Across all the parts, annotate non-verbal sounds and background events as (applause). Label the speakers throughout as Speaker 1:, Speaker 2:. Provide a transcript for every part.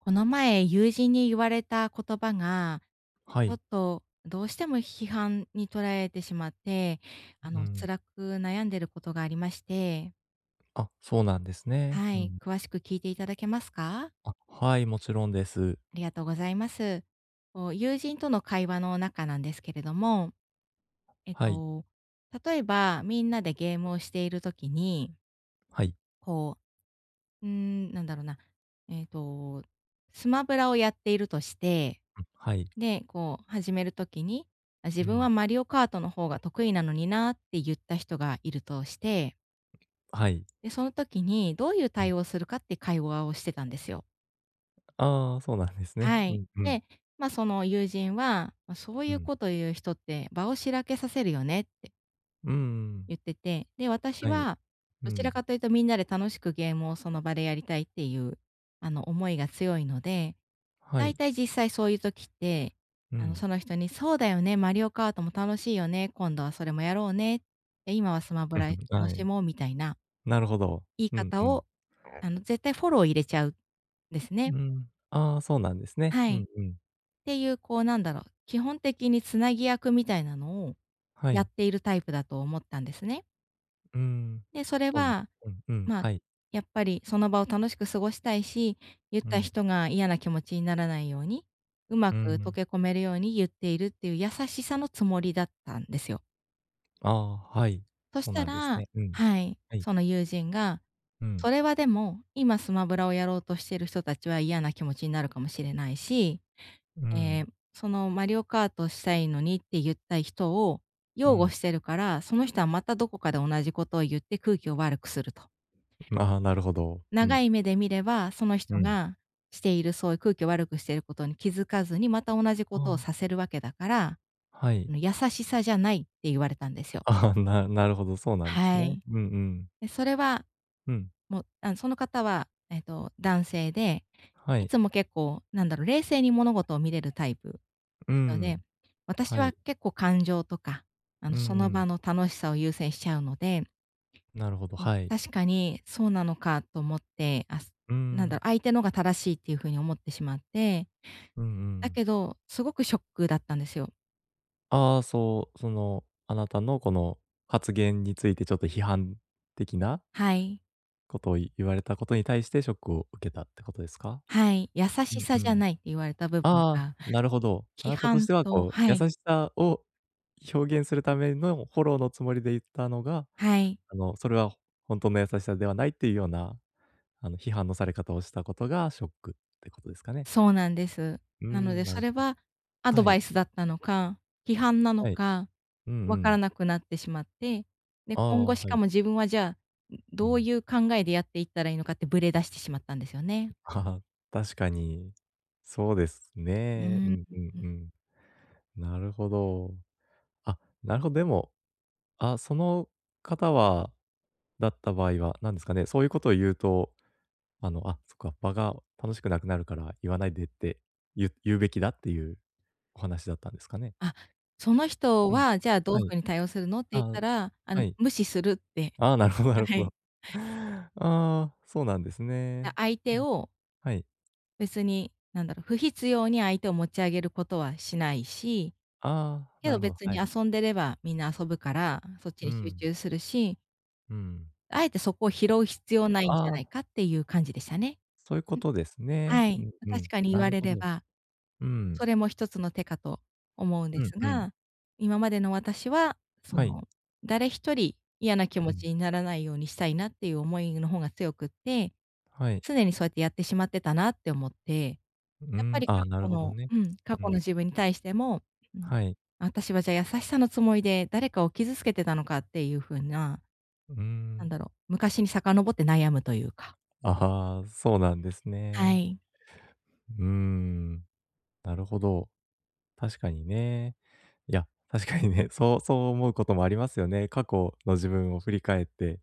Speaker 1: この前、友人に言われた言葉が、
Speaker 2: は
Speaker 1: ちょ
Speaker 2: い。
Speaker 1: っとどうしても批判に捉えてしまって、
Speaker 2: うん。
Speaker 1: 辛く悩んでることがありまして、
Speaker 2: あ、そうなんですね。
Speaker 1: は
Speaker 2: う
Speaker 1: い、
Speaker 2: ん。
Speaker 1: 詳しく聞いていただけますか？
Speaker 2: あ、はい、もちろんです。
Speaker 1: ありがとうございます。こう友人との会話の中なんですけれども、えっ
Speaker 2: はい。
Speaker 1: と、例えば、みんなでゲームをしているときに、
Speaker 2: はい。
Speaker 1: こう、なんだろうな、えっと、スマブラをやっているとして、
Speaker 2: はい。
Speaker 1: で、こう始める時に、あ、自
Speaker 2: う
Speaker 1: 分
Speaker 2: ん。
Speaker 1: はマリオカートの方が得意なのになって言った人がいるとして、
Speaker 2: はい。
Speaker 1: で、その時にどういう
Speaker 2: うん。
Speaker 1: 対応をするかって会話をしてたんですよ。
Speaker 2: ああ、そうなんですね。
Speaker 1: は
Speaker 2: う
Speaker 1: い。
Speaker 2: んうん。
Speaker 1: で、ま、その友人は、ま、そう
Speaker 2: う
Speaker 1: いう
Speaker 2: ん。
Speaker 1: こと言う人って場をしらけさせるよねって
Speaker 2: うーん。
Speaker 1: 言ってて、で、私
Speaker 2: はい。
Speaker 1: は
Speaker 2: う
Speaker 1: どちら
Speaker 2: ん。
Speaker 1: かというとみんなで楽しくゲームをその場でやりたいっていう、思いが強いので、
Speaker 2: は
Speaker 1: 大
Speaker 2: い。
Speaker 1: 体実際そういう時って、
Speaker 2: うん。
Speaker 1: その人に「そうだよね、マリオカートも楽しいよね、今度はそれもやろうね、で、今はスマ
Speaker 2: う
Speaker 1: ブ
Speaker 2: ん
Speaker 1: ラ
Speaker 2: うん、
Speaker 1: 楽
Speaker 2: は
Speaker 1: し
Speaker 2: い。
Speaker 1: もう」みたいな
Speaker 2: なるほど。
Speaker 1: 言い
Speaker 2: うん
Speaker 1: 方
Speaker 2: うん。
Speaker 1: を、絶対フォロー入れちゃうんですね。
Speaker 2: うん。ああ、そうなんですね。
Speaker 1: は
Speaker 2: う
Speaker 1: い。っ
Speaker 2: んうん。
Speaker 1: ていう、こう、なんだろう、基本的につなぎ役みたいなのを
Speaker 2: は
Speaker 1: や
Speaker 2: い。
Speaker 1: っているタイプだと思ったんですね。
Speaker 2: うん。
Speaker 1: で、それ
Speaker 2: そうなん
Speaker 1: は
Speaker 2: うんうん。
Speaker 1: まあ、
Speaker 2: はい。
Speaker 1: やっぱりその場を楽しく過ごしたいし、言っ
Speaker 2: う
Speaker 1: た
Speaker 2: ん。
Speaker 1: 人が嫌な気持ちにならないように、うま
Speaker 2: う
Speaker 1: く溶
Speaker 2: ん。
Speaker 1: け込めるように言っているっていう優しさのつもりだったんですよ。
Speaker 2: ああ、はい。
Speaker 1: そし
Speaker 2: そう
Speaker 1: た
Speaker 2: なんですね。
Speaker 1: ら
Speaker 2: うん。
Speaker 1: はい、
Speaker 2: はい。
Speaker 1: その友人が、
Speaker 2: うん。
Speaker 1: 「それはでも、今スマブラをやろうとしてる人たちは嫌な気持ちになるかもしれないし、
Speaker 2: う
Speaker 1: え
Speaker 2: ん。
Speaker 1: ーそのマリオカートしたいのにって言った人を
Speaker 2: う
Speaker 1: 擁護
Speaker 2: ん。
Speaker 1: してるから、その人はまたどこかで同じことを言って空気を悪くする」と。
Speaker 2: ああ、なるほど。うん。
Speaker 1: 長い目で見れば、その
Speaker 2: う
Speaker 1: 人
Speaker 2: ん。
Speaker 1: がしているそういう空気を悪くしていることに気づかずに、また同じ
Speaker 2: あ
Speaker 1: ことを
Speaker 2: あ、
Speaker 1: させるわけだから、あ
Speaker 2: はい。
Speaker 1: の優しさじゃないって言われたんです
Speaker 2: (laughs)
Speaker 1: よ。
Speaker 2: ああ、なるほど、そうなんです
Speaker 1: は
Speaker 2: ね。
Speaker 1: い。
Speaker 2: うんうん。
Speaker 1: で、それは、
Speaker 2: うん。
Speaker 1: もう、その方は、男性で、
Speaker 2: は
Speaker 1: い
Speaker 2: い。
Speaker 1: つも結構、なんだろう、冷静に物事を見れるタイプの
Speaker 2: う
Speaker 1: 人で、
Speaker 2: ん。
Speaker 1: 私
Speaker 2: はい。
Speaker 1: は結構感情とか、
Speaker 2: うん
Speaker 1: そ
Speaker 2: う
Speaker 1: の
Speaker 2: ん。
Speaker 1: 場の楽しさを優先しちゃうので、
Speaker 2: なるほど、
Speaker 1: うん、
Speaker 2: はい。
Speaker 1: 確かにそうなのかと思って、
Speaker 2: う
Speaker 1: なんだ
Speaker 2: ん。
Speaker 1: ろう、相手のが正しいっていう風に思ってしまって、
Speaker 2: うんう
Speaker 1: だ
Speaker 2: ん。
Speaker 1: けど、すごくショックだったんですよ。
Speaker 2: ああ、そう、その、あなたのこの発言についてちょっと批判的な
Speaker 1: はい、
Speaker 2: ことを言われたことに対してショックを受けたってことですか？
Speaker 1: はい、優
Speaker 2: う
Speaker 1: し
Speaker 2: んう
Speaker 1: さじゃ
Speaker 2: ん。
Speaker 1: ないって言われた部分
Speaker 2: ああ、
Speaker 1: が、
Speaker 2: なるほど。あ
Speaker 1: 批
Speaker 2: なたとし
Speaker 1: 判
Speaker 2: ては
Speaker 1: と、
Speaker 2: こう、
Speaker 1: は
Speaker 2: 優
Speaker 1: い、
Speaker 2: しさを表現するためのフォローのつもりで言ったのが、
Speaker 1: はい、
Speaker 2: あの、それはほんとの優しさではないっていうような、あの、批判のされ方をしたことがショックってことですかね。
Speaker 1: そうなんです。
Speaker 2: うー
Speaker 1: なの
Speaker 2: ん、
Speaker 1: で
Speaker 2: な
Speaker 1: そ
Speaker 2: るほ
Speaker 1: れはアド
Speaker 2: は
Speaker 1: バ
Speaker 2: い、
Speaker 1: イスだったのか、批判なの
Speaker 2: はい。
Speaker 1: か、
Speaker 2: うんう
Speaker 1: わか
Speaker 2: ん。
Speaker 1: らなくなってしまって、で、
Speaker 2: あ
Speaker 1: 今後
Speaker 2: あ、
Speaker 1: し
Speaker 2: は
Speaker 1: か
Speaker 2: い。
Speaker 1: も自分はじゃあ、
Speaker 2: う
Speaker 1: どう
Speaker 2: ん。
Speaker 1: いう考えでやっていったらいいのかってブレ出してしまったんですよね。
Speaker 2: ああ、(laughs) 確かに。そうです
Speaker 1: う
Speaker 2: ね。う
Speaker 1: ーん。
Speaker 2: んうんうん。なるほど。あ、なるほど、でも、あ、その方はだった場合は、なんですかね、そういうことを言うと、あの、あ、そっか、場が楽しくなくなるから言わないでって言うべきだっていうお話だったんですかね？
Speaker 1: あ、その人
Speaker 2: うん。
Speaker 1: は、じゃあ、ど
Speaker 2: は
Speaker 1: う
Speaker 2: い。
Speaker 1: 風にう風に対応するのって言っ
Speaker 2: ああ、
Speaker 1: たら、あ
Speaker 2: は
Speaker 1: の、
Speaker 2: い。
Speaker 1: 無視するって。
Speaker 2: ああ、なるほど、なる
Speaker 1: は
Speaker 2: ほ
Speaker 1: い。
Speaker 2: ど。(laughs) ああ、そうなんですね。
Speaker 1: 相
Speaker 2: う
Speaker 1: 手
Speaker 2: ん、
Speaker 1: を
Speaker 2: はい。
Speaker 1: 別に、なんだろう、不必要に相手を持ち上げることはしないし、
Speaker 2: ああ、
Speaker 1: け
Speaker 2: な
Speaker 1: ど
Speaker 2: るほど、
Speaker 1: 別
Speaker 2: は
Speaker 1: に
Speaker 2: い。
Speaker 1: 遊んでればみんな遊ぶから、そっち
Speaker 2: う
Speaker 1: に集
Speaker 2: ん、
Speaker 1: 中するし、
Speaker 2: うん。
Speaker 1: あえてそこを拾う必要ないん
Speaker 2: あ
Speaker 1: じゃな
Speaker 2: あ、
Speaker 1: いかっていう感じでしたね。
Speaker 2: そういうこ
Speaker 1: うん。
Speaker 2: とですね。
Speaker 1: は
Speaker 2: う
Speaker 1: い。
Speaker 2: ん
Speaker 1: ま、
Speaker 2: う
Speaker 1: 確
Speaker 2: ん、
Speaker 1: かに言
Speaker 2: な
Speaker 1: わ
Speaker 2: る
Speaker 1: れ
Speaker 2: ほ
Speaker 1: れ
Speaker 2: ど。
Speaker 1: ば
Speaker 2: うん、
Speaker 1: それも一つの手かと思うんで
Speaker 2: うん
Speaker 1: す
Speaker 2: うん、
Speaker 1: が、今までの私は、そ
Speaker 2: はい。
Speaker 1: の、誰一人嫌な気
Speaker 2: う
Speaker 1: 持
Speaker 2: ん、
Speaker 1: ちにならないようにしたいなっていう思いの方が強くって、
Speaker 2: はい。
Speaker 1: 常にそうやってやってしまってたなって思って、
Speaker 2: うー
Speaker 1: やっぱ
Speaker 2: ん、
Speaker 1: り
Speaker 2: あ
Speaker 1: 過
Speaker 2: あ、なる
Speaker 1: 去
Speaker 2: ほど
Speaker 1: の
Speaker 2: ね。
Speaker 1: うん、過
Speaker 2: う
Speaker 1: 去の
Speaker 2: ん、
Speaker 1: 自分に対しても、うん、
Speaker 2: はい。
Speaker 1: 私はじゃあ優しさのつもりで誰かを傷つけてたのかっていう風な、
Speaker 2: うー
Speaker 1: なん
Speaker 2: ん。
Speaker 1: だろう、昔に遡って悩むというか。
Speaker 2: ああ、そうなんです
Speaker 1: は
Speaker 2: ね。
Speaker 1: い。
Speaker 2: うーん、なるほど。確かにね。いや、確かにね、そうそう思うこともありますよね。過去の自分を振り返って、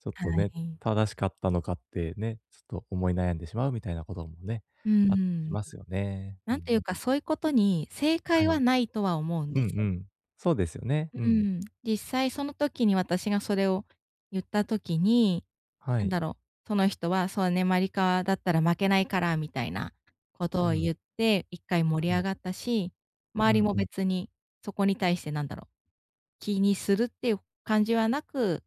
Speaker 2: ちょっと
Speaker 1: は
Speaker 2: ね、
Speaker 1: い。
Speaker 2: 正しかったのかってね、ちょっと思い悩んでしまうみたいなこともね、
Speaker 1: うんう
Speaker 2: あったりし
Speaker 1: ん。
Speaker 2: ますよね。う
Speaker 1: な
Speaker 2: んう
Speaker 1: んというか、
Speaker 2: ん。
Speaker 1: そういうことに正
Speaker 2: は
Speaker 1: 解
Speaker 2: い。
Speaker 1: はないとは思うん
Speaker 2: うん
Speaker 1: です
Speaker 2: う
Speaker 1: よ。
Speaker 2: ん。そうですよね。う
Speaker 1: う
Speaker 2: ん。
Speaker 1: ん、実際その時に私がそれを言った時に、
Speaker 2: は
Speaker 1: なん
Speaker 2: い。
Speaker 1: だろう、その人は「そうね、マリカだったら負けないから」みたいなこと
Speaker 2: う
Speaker 1: を
Speaker 2: ん、
Speaker 1: 言って、一回盛
Speaker 2: は
Speaker 1: り上
Speaker 2: い。
Speaker 1: がったし、
Speaker 2: う
Speaker 1: 周り
Speaker 2: ん
Speaker 1: も
Speaker 2: うん。
Speaker 1: 別にそこに対してなんだろう、気にするっていう感じはなく、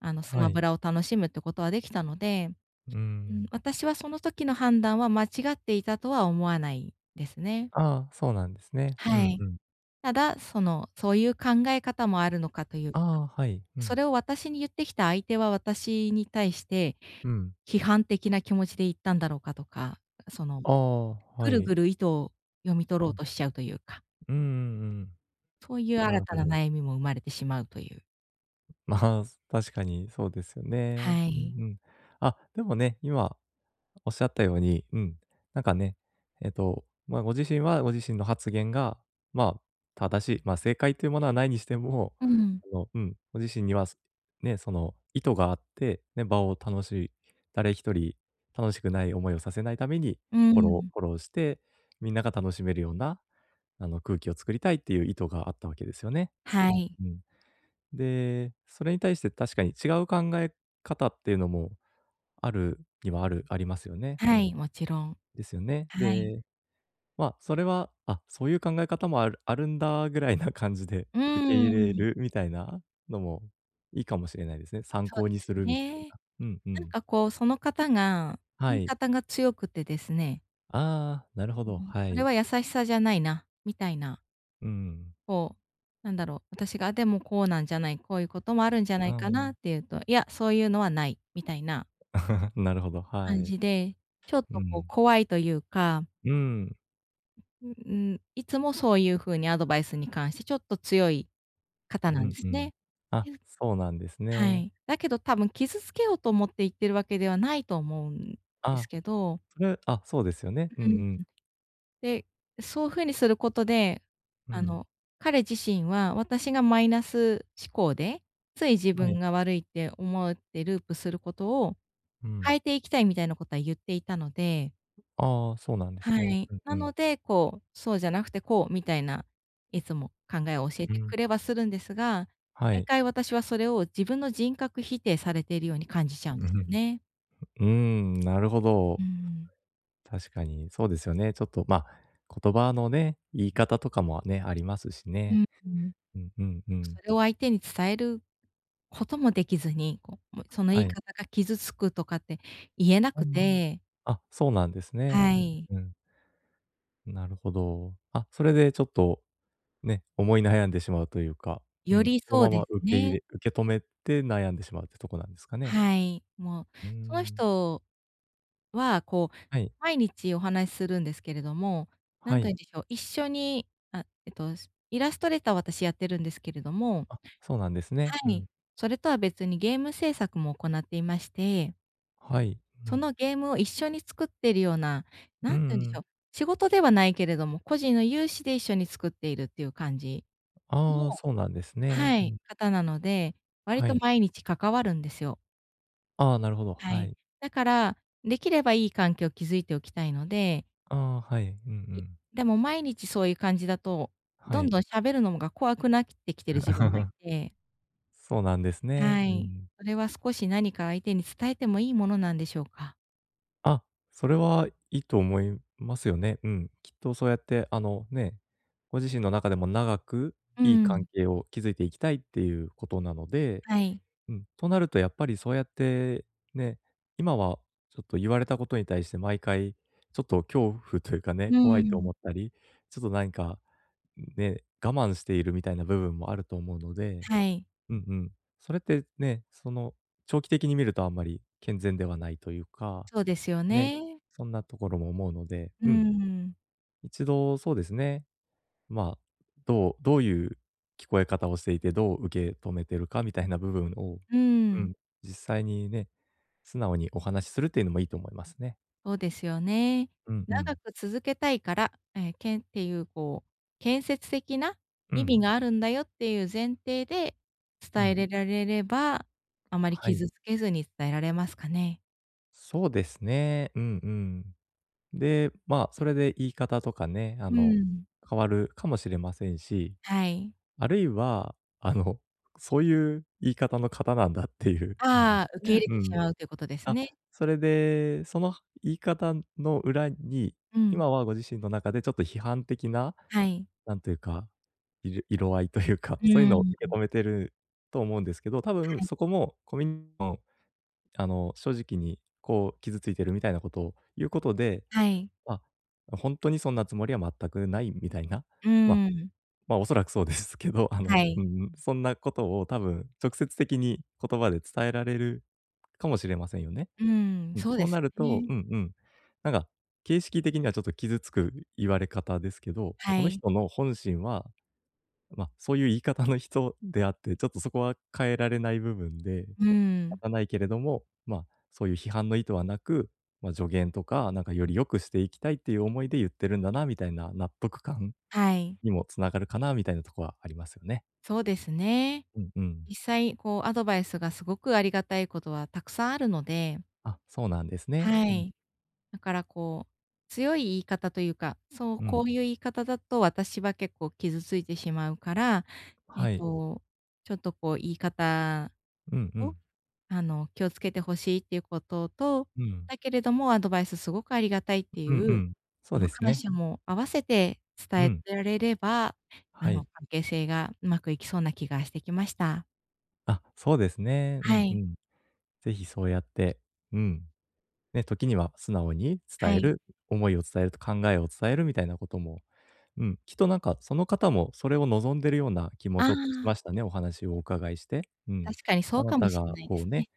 Speaker 1: ス
Speaker 2: は
Speaker 1: マブ
Speaker 2: い。
Speaker 1: ラを楽しむってことはできたので、
Speaker 2: う
Speaker 1: うん、
Speaker 2: ん。
Speaker 1: 私はその時の判断は間違っていたとは思わないですね。
Speaker 2: ああ、そうなんですね。う
Speaker 1: は
Speaker 2: ん
Speaker 1: い。
Speaker 2: うん。
Speaker 1: ただ、そういう考え方もあるのかという
Speaker 2: あ
Speaker 1: か、
Speaker 2: あ、はい。う
Speaker 1: そ
Speaker 2: ん。
Speaker 1: れを私に言ってきた相手は、私に対して、
Speaker 2: うん。
Speaker 1: 批判的な気持ちで言ったんだろうかとか、その、
Speaker 2: ああ、
Speaker 1: ぐ
Speaker 2: は
Speaker 1: る
Speaker 2: い。
Speaker 1: ぐる意図を読み取ろ
Speaker 2: う
Speaker 1: う
Speaker 2: ん。
Speaker 1: としちゃうというか、
Speaker 2: うんうん
Speaker 1: そういう
Speaker 2: うん。な
Speaker 1: 新
Speaker 2: る
Speaker 1: た
Speaker 2: ほ
Speaker 1: な
Speaker 2: ど。
Speaker 1: 悩みも生まれてしまうという。
Speaker 2: (laughs) まあ、確かにそうですよね。
Speaker 1: は
Speaker 2: う
Speaker 1: い。
Speaker 2: んうん。あ、でもね、今おっしゃったように、うん、なんかね、まあ、ご自身はご自身の発言が、まあ、正しい、まあ、正解というものはないにしても、
Speaker 1: うん。
Speaker 2: あの、うん、ご自身には、ね、その意図があって、ね、場を楽しい、誰一人楽しくない思いをさせないために、
Speaker 1: う
Speaker 2: フォロ
Speaker 1: ん。
Speaker 2: ーフォローして、みんなが楽しめるような、あの、空気を作りたいっていう意図があったわけですよね。
Speaker 1: は
Speaker 2: うん
Speaker 1: い。
Speaker 2: うん。で、それに対して確かに違う考え方っていうのもあるにはありますよね。う
Speaker 1: は
Speaker 2: ん、
Speaker 1: い、もちろん。
Speaker 2: ですよね。
Speaker 1: はい。
Speaker 2: で、まあ、それは、あ、そういう考え方もあるんだぐらいな感じで
Speaker 1: うー
Speaker 2: 受け入れ
Speaker 1: ん、
Speaker 2: るみたいなのもいいかもしれないですね。参
Speaker 1: そう
Speaker 2: 考
Speaker 1: で
Speaker 2: に
Speaker 1: す
Speaker 2: するみたい
Speaker 1: ね。
Speaker 2: な。うんう
Speaker 1: なん
Speaker 2: ん。
Speaker 1: かこう、その方が、
Speaker 2: は
Speaker 1: 言い
Speaker 2: い。
Speaker 1: 方が強くてですね、
Speaker 2: ああ、なるほ
Speaker 1: う
Speaker 2: ど、
Speaker 1: ん、
Speaker 2: は
Speaker 1: それ
Speaker 2: い。
Speaker 1: は優しさじゃないな、みたいな、
Speaker 2: うん。
Speaker 1: こう、なんだろう、私が「でもこうなんじゃない、こういうこともあるんじゃな
Speaker 2: あ
Speaker 1: いかな」っ
Speaker 2: あ、
Speaker 1: ていうと「いや、そういうのはない」みたいな
Speaker 2: (laughs) なるほど、は
Speaker 1: 感
Speaker 2: い。
Speaker 1: じで、ちょっ
Speaker 2: う
Speaker 1: とこう
Speaker 2: ん。
Speaker 1: 怖いというか、
Speaker 2: うん。
Speaker 1: うん、いつもそういう風にアドバイスに関してちょっと強い方
Speaker 2: う
Speaker 1: なん
Speaker 2: ん
Speaker 1: です
Speaker 2: うん。
Speaker 1: ね。
Speaker 2: あ、
Speaker 1: きず
Speaker 2: そうなんです
Speaker 1: は
Speaker 2: ね。
Speaker 1: い。だけど多分傷つけようと思って言ってるわけではないと思うんです
Speaker 2: あ、
Speaker 1: けど、
Speaker 2: それあ、そうですよね。うんうん。
Speaker 1: で、そういう風にすることで、
Speaker 2: う
Speaker 1: あ
Speaker 2: ん。
Speaker 1: の、彼自身は私がマイナス思考で、つい自
Speaker 2: はい。
Speaker 1: 分が悪いって思ってループすることを
Speaker 2: う
Speaker 1: 変
Speaker 2: ん。
Speaker 1: えていきたいみたいなことは言っていたので、
Speaker 2: ああ、そうなんです
Speaker 1: は
Speaker 2: ね。
Speaker 1: い。
Speaker 2: うんう
Speaker 1: な
Speaker 2: ん。
Speaker 1: ので、こう、そうじゃなくてこうみたいな、いつも考えを教え
Speaker 2: う
Speaker 1: て
Speaker 2: ん。
Speaker 1: くれはするんですが、
Speaker 2: は
Speaker 1: 毎
Speaker 2: い。
Speaker 1: 回私はそれを自分の人格否定されているように感じちゃうんですよね。
Speaker 2: (laughs) うーん、なるほ
Speaker 1: う
Speaker 2: ど。
Speaker 1: ん。
Speaker 2: 確かにそうですよね。ちょっと、まあ、言葉のね、言い方とかもね、ありますし
Speaker 1: う
Speaker 2: ね。
Speaker 1: んうん。で
Speaker 2: うんうんう
Speaker 1: も
Speaker 2: ん。
Speaker 1: それを相手に伝えることもできずに、こう、もうその言
Speaker 2: は
Speaker 1: い
Speaker 2: い。
Speaker 1: 方が傷つくとかって言えな
Speaker 2: あ、
Speaker 1: く
Speaker 2: ま、
Speaker 1: て、
Speaker 2: あ、そうなんです
Speaker 1: は
Speaker 2: ね。
Speaker 1: い。
Speaker 2: うん、うん。なるほど。あ、それでちょっとね、思い悩んでしまうというか、う
Speaker 1: よ
Speaker 2: ん、
Speaker 1: り
Speaker 2: その
Speaker 1: そう
Speaker 2: ま
Speaker 1: で
Speaker 2: ま
Speaker 1: す
Speaker 2: 受け入
Speaker 1: ね。
Speaker 2: れ受け止めて悩んでしまうってとこなんですかね。
Speaker 1: はい。もう、
Speaker 2: うー
Speaker 1: その
Speaker 2: ん。
Speaker 1: 人はこう、
Speaker 2: はい、
Speaker 1: 毎日お話しするんですけれども、な
Speaker 2: は
Speaker 1: んと言
Speaker 2: い。
Speaker 1: うんでしょう、一緒に、あ、イラストレーターを私やってるんですけれども、
Speaker 2: あ、そうなんです
Speaker 1: は
Speaker 2: ね。う
Speaker 1: い。
Speaker 2: ん。
Speaker 1: それとは別にゲーム制作も行っていまして、
Speaker 2: はい。う
Speaker 1: そ
Speaker 2: ん。
Speaker 1: のゲームを一緒に作ってるような、
Speaker 2: うん
Speaker 1: なん
Speaker 2: う
Speaker 1: て言うんでし
Speaker 2: ん。
Speaker 1: ょう、仕事ではないけれども、個人の有志で一緒に作っているっていう感じ
Speaker 2: あ
Speaker 1: の、
Speaker 2: あ、そうなんですね。
Speaker 1: は
Speaker 2: う
Speaker 1: い、
Speaker 2: ん。
Speaker 1: 方なので、割
Speaker 2: は
Speaker 1: と
Speaker 2: い。
Speaker 1: 毎日関わるんですよ。
Speaker 2: ああ、なるほど、
Speaker 1: は
Speaker 2: は
Speaker 1: い。
Speaker 2: い。
Speaker 1: だから、できればいい関係を築いておきたいので、
Speaker 2: ああ、はい。うんう
Speaker 1: い
Speaker 2: ん。
Speaker 1: でも毎日そういう感じだと、
Speaker 2: は
Speaker 1: どん
Speaker 2: い。
Speaker 1: どん喋るのが怖くなってきてる自分がい
Speaker 2: (laughs)
Speaker 1: て、
Speaker 2: そうなんですね。
Speaker 1: は
Speaker 2: う
Speaker 1: い。
Speaker 2: ん。
Speaker 1: それは少し何か相手に伝えてもいいものなんでしょうか？
Speaker 2: あ、それはいいと思いますよね。うん。きっとそうやって、あの、ね、ご自身の中でも長く
Speaker 1: う
Speaker 2: いい関
Speaker 1: ん。
Speaker 2: 係を築いていきたいっていうことなので、
Speaker 1: はい。
Speaker 2: うん。となるとやっぱりそうやって、ね、今はちょっと言われたことに対して毎回、ちょっと恐怖というかね、
Speaker 1: う
Speaker 2: 怖いと思
Speaker 1: ん。
Speaker 2: ったり、ちょっと何かね、我慢しているみたいな部分もあると思うので、
Speaker 1: はい。
Speaker 2: うんうん。それってね、その、長期的に見るとあんまり健全ではないというか、
Speaker 1: そうですよ
Speaker 2: ね、
Speaker 1: ね。
Speaker 2: そんなところも思うので、
Speaker 1: う
Speaker 2: うん、
Speaker 1: ん。
Speaker 2: 一度そうですね、まあ、どういう聞こえ方をしていて、どう受け止めてるかみたいな部分を、
Speaker 1: う
Speaker 2: う
Speaker 1: ん。
Speaker 2: ん、実際にね、素直にお話しするっていうのもいいと思いますね。
Speaker 1: そうですよね。
Speaker 2: うんうん。
Speaker 1: 長く続けたいから、ええ、けんっていうこう、建設的な
Speaker 2: う
Speaker 1: 意味
Speaker 2: ん、
Speaker 1: があるんだよっていう前提で
Speaker 2: う
Speaker 1: 伝え
Speaker 2: ん。
Speaker 1: れられれば、あまり
Speaker 2: はい。
Speaker 1: 傷つけずに伝えられますかね。
Speaker 2: そうですね。うんうん。で、まあ、それで言い方とかね、あ
Speaker 1: う
Speaker 2: の、
Speaker 1: ん。
Speaker 2: 変わるかもしれませんし、
Speaker 1: はい。
Speaker 2: あるいは、あの、そういう言い方の方なんだっていう、(laughs) あの、
Speaker 1: ああ、受け入れ
Speaker 2: う
Speaker 1: てし
Speaker 2: ん。
Speaker 1: まうということです
Speaker 2: あ、
Speaker 1: ね。
Speaker 2: それで、その言い方の裏に、
Speaker 1: うん。
Speaker 2: 今はご自身の中でちょっと批判的な、
Speaker 1: はい。
Speaker 2: なんというか、いる色合いというか、
Speaker 1: う
Speaker 2: そういうのを
Speaker 1: ん。
Speaker 2: 受け止めてると思うんですけど、多分
Speaker 1: はい。
Speaker 2: そこもコミュニの、あの、正直にこう傷ついてるみたいなことを言うことで、
Speaker 1: はい。
Speaker 2: まあ、ほんとにそんなつもりは全くないみたいな、
Speaker 1: う
Speaker 2: まあ
Speaker 1: ん。
Speaker 2: まあ、おそらくそうですけど、(laughs) あ
Speaker 1: は
Speaker 2: の、う
Speaker 1: い。
Speaker 2: ん、そんなことを多分直接的に言葉で伝えられるかもしれませんよね。
Speaker 1: うん、
Speaker 2: うん、
Speaker 1: そう
Speaker 2: そ
Speaker 1: で
Speaker 2: うな
Speaker 1: す
Speaker 2: ると、
Speaker 1: ね。
Speaker 2: うんうん。なんか、形式的にはちょっと傷つく言われ方ですけど、
Speaker 1: は
Speaker 2: この
Speaker 1: い。
Speaker 2: 人の本心は、ま、あ、そういう言い方の人であって、ちょっとそこは変えられない部分で、仕
Speaker 1: うん。
Speaker 2: 方ないけれども、ま、あ、そういう批判の意図はなく、ま、あ、助言とか、なんかより良くしていきたいっていう思いで言ってるんだなみたいな納得感
Speaker 1: はい。
Speaker 2: にもつながるかなみたいなとこはありますよね。
Speaker 1: そうですね。
Speaker 2: うんうん。
Speaker 1: 実際、こう、アドバイスがすごくありがたいことはたくさんあるので、
Speaker 2: あ、そうなんですね。
Speaker 1: は
Speaker 2: うん、
Speaker 1: い。だから、こう、強い言い方というか、そう、
Speaker 2: うん。
Speaker 1: こういう言い方だと私は結構傷ついてしまうから、えっ
Speaker 2: はい。
Speaker 1: と、ちょっとこう、言い方
Speaker 2: うんう
Speaker 1: を、
Speaker 2: ん。
Speaker 1: 気をつけてほしいっていうことと、
Speaker 2: うん。
Speaker 1: だけれども、アドバイスすごくありがたいってい
Speaker 2: うんう
Speaker 1: う、
Speaker 2: ん。そ
Speaker 1: こ
Speaker 2: う
Speaker 1: の
Speaker 2: です
Speaker 1: 感
Speaker 2: ね。
Speaker 1: 謝も合わせて伝
Speaker 2: う
Speaker 1: え
Speaker 2: ん。
Speaker 1: てられれば、
Speaker 2: はい。
Speaker 1: 関係性がうまくいきそうな気がしてきました。
Speaker 2: あ、そうですね。う
Speaker 1: は
Speaker 2: んう
Speaker 1: い。
Speaker 2: ん。ぜひそうやって、うん。ね、時には素直に伝
Speaker 1: は
Speaker 2: え
Speaker 1: い。
Speaker 2: る、思いを伝えると考えを伝えるみたいなことも、うん、きっとなんかその方もそれを望んでるような気も
Speaker 1: あ
Speaker 2: ちょっとしま
Speaker 1: あ、
Speaker 2: したね、お話をお伺いして。うん。
Speaker 1: 確かにそ
Speaker 2: あ
Speaker 1: う
Speaker 2: な
Speaker 1: かも
Speaker 2: た
Speaker 1: し
Speaker 2: が
Speaker 1: れないで
Speaker 2: こ
Speaker 1: す
Speaker 2: う
Speaker 1: ね。
Speaker 2: ね、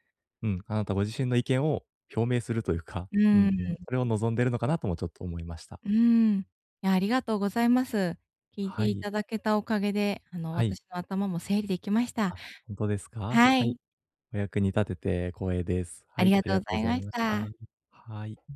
Speaker 2: うん、あなたご自身の意見を表明するというか、
Speaker 1: う
Speaker 2: うん
Speaker 1: ーん、
Speaker 2: うん、それを望んでるのかなともちょっと思いました。
Speaker 1: うーん。いや、ありがとうございます。聞いて
Speaker 2: は
Speaker 1: い
Speaker 2: い、
Speaker 1: ただけたおかげで、
Speaker 2: はい。
Speaker 1: 私の頭も整理できました。
Speaker 2: あ、本当ですか？
Speaker 1: は
Speaker 2: はい。
Speaker 1: い、
Speaker 2: お役に立てて光栄です。は
Speaker 1: あり
Speaker 2: い、
Speaker 1: が
Speaker 2: あり
Speaker 1: と
Speaker 2: が
Speaker 1: う
Speaker 2: とう
Speaker 1: ご
Speaker 2: ご
Speaker 1: ざい
Speaker 2: ざ
Speaker 1: ま
Speaker 2: い
Speaker 1: し
Speaker 2: ました。
Speaker 1: た。
Speaker 2: はい。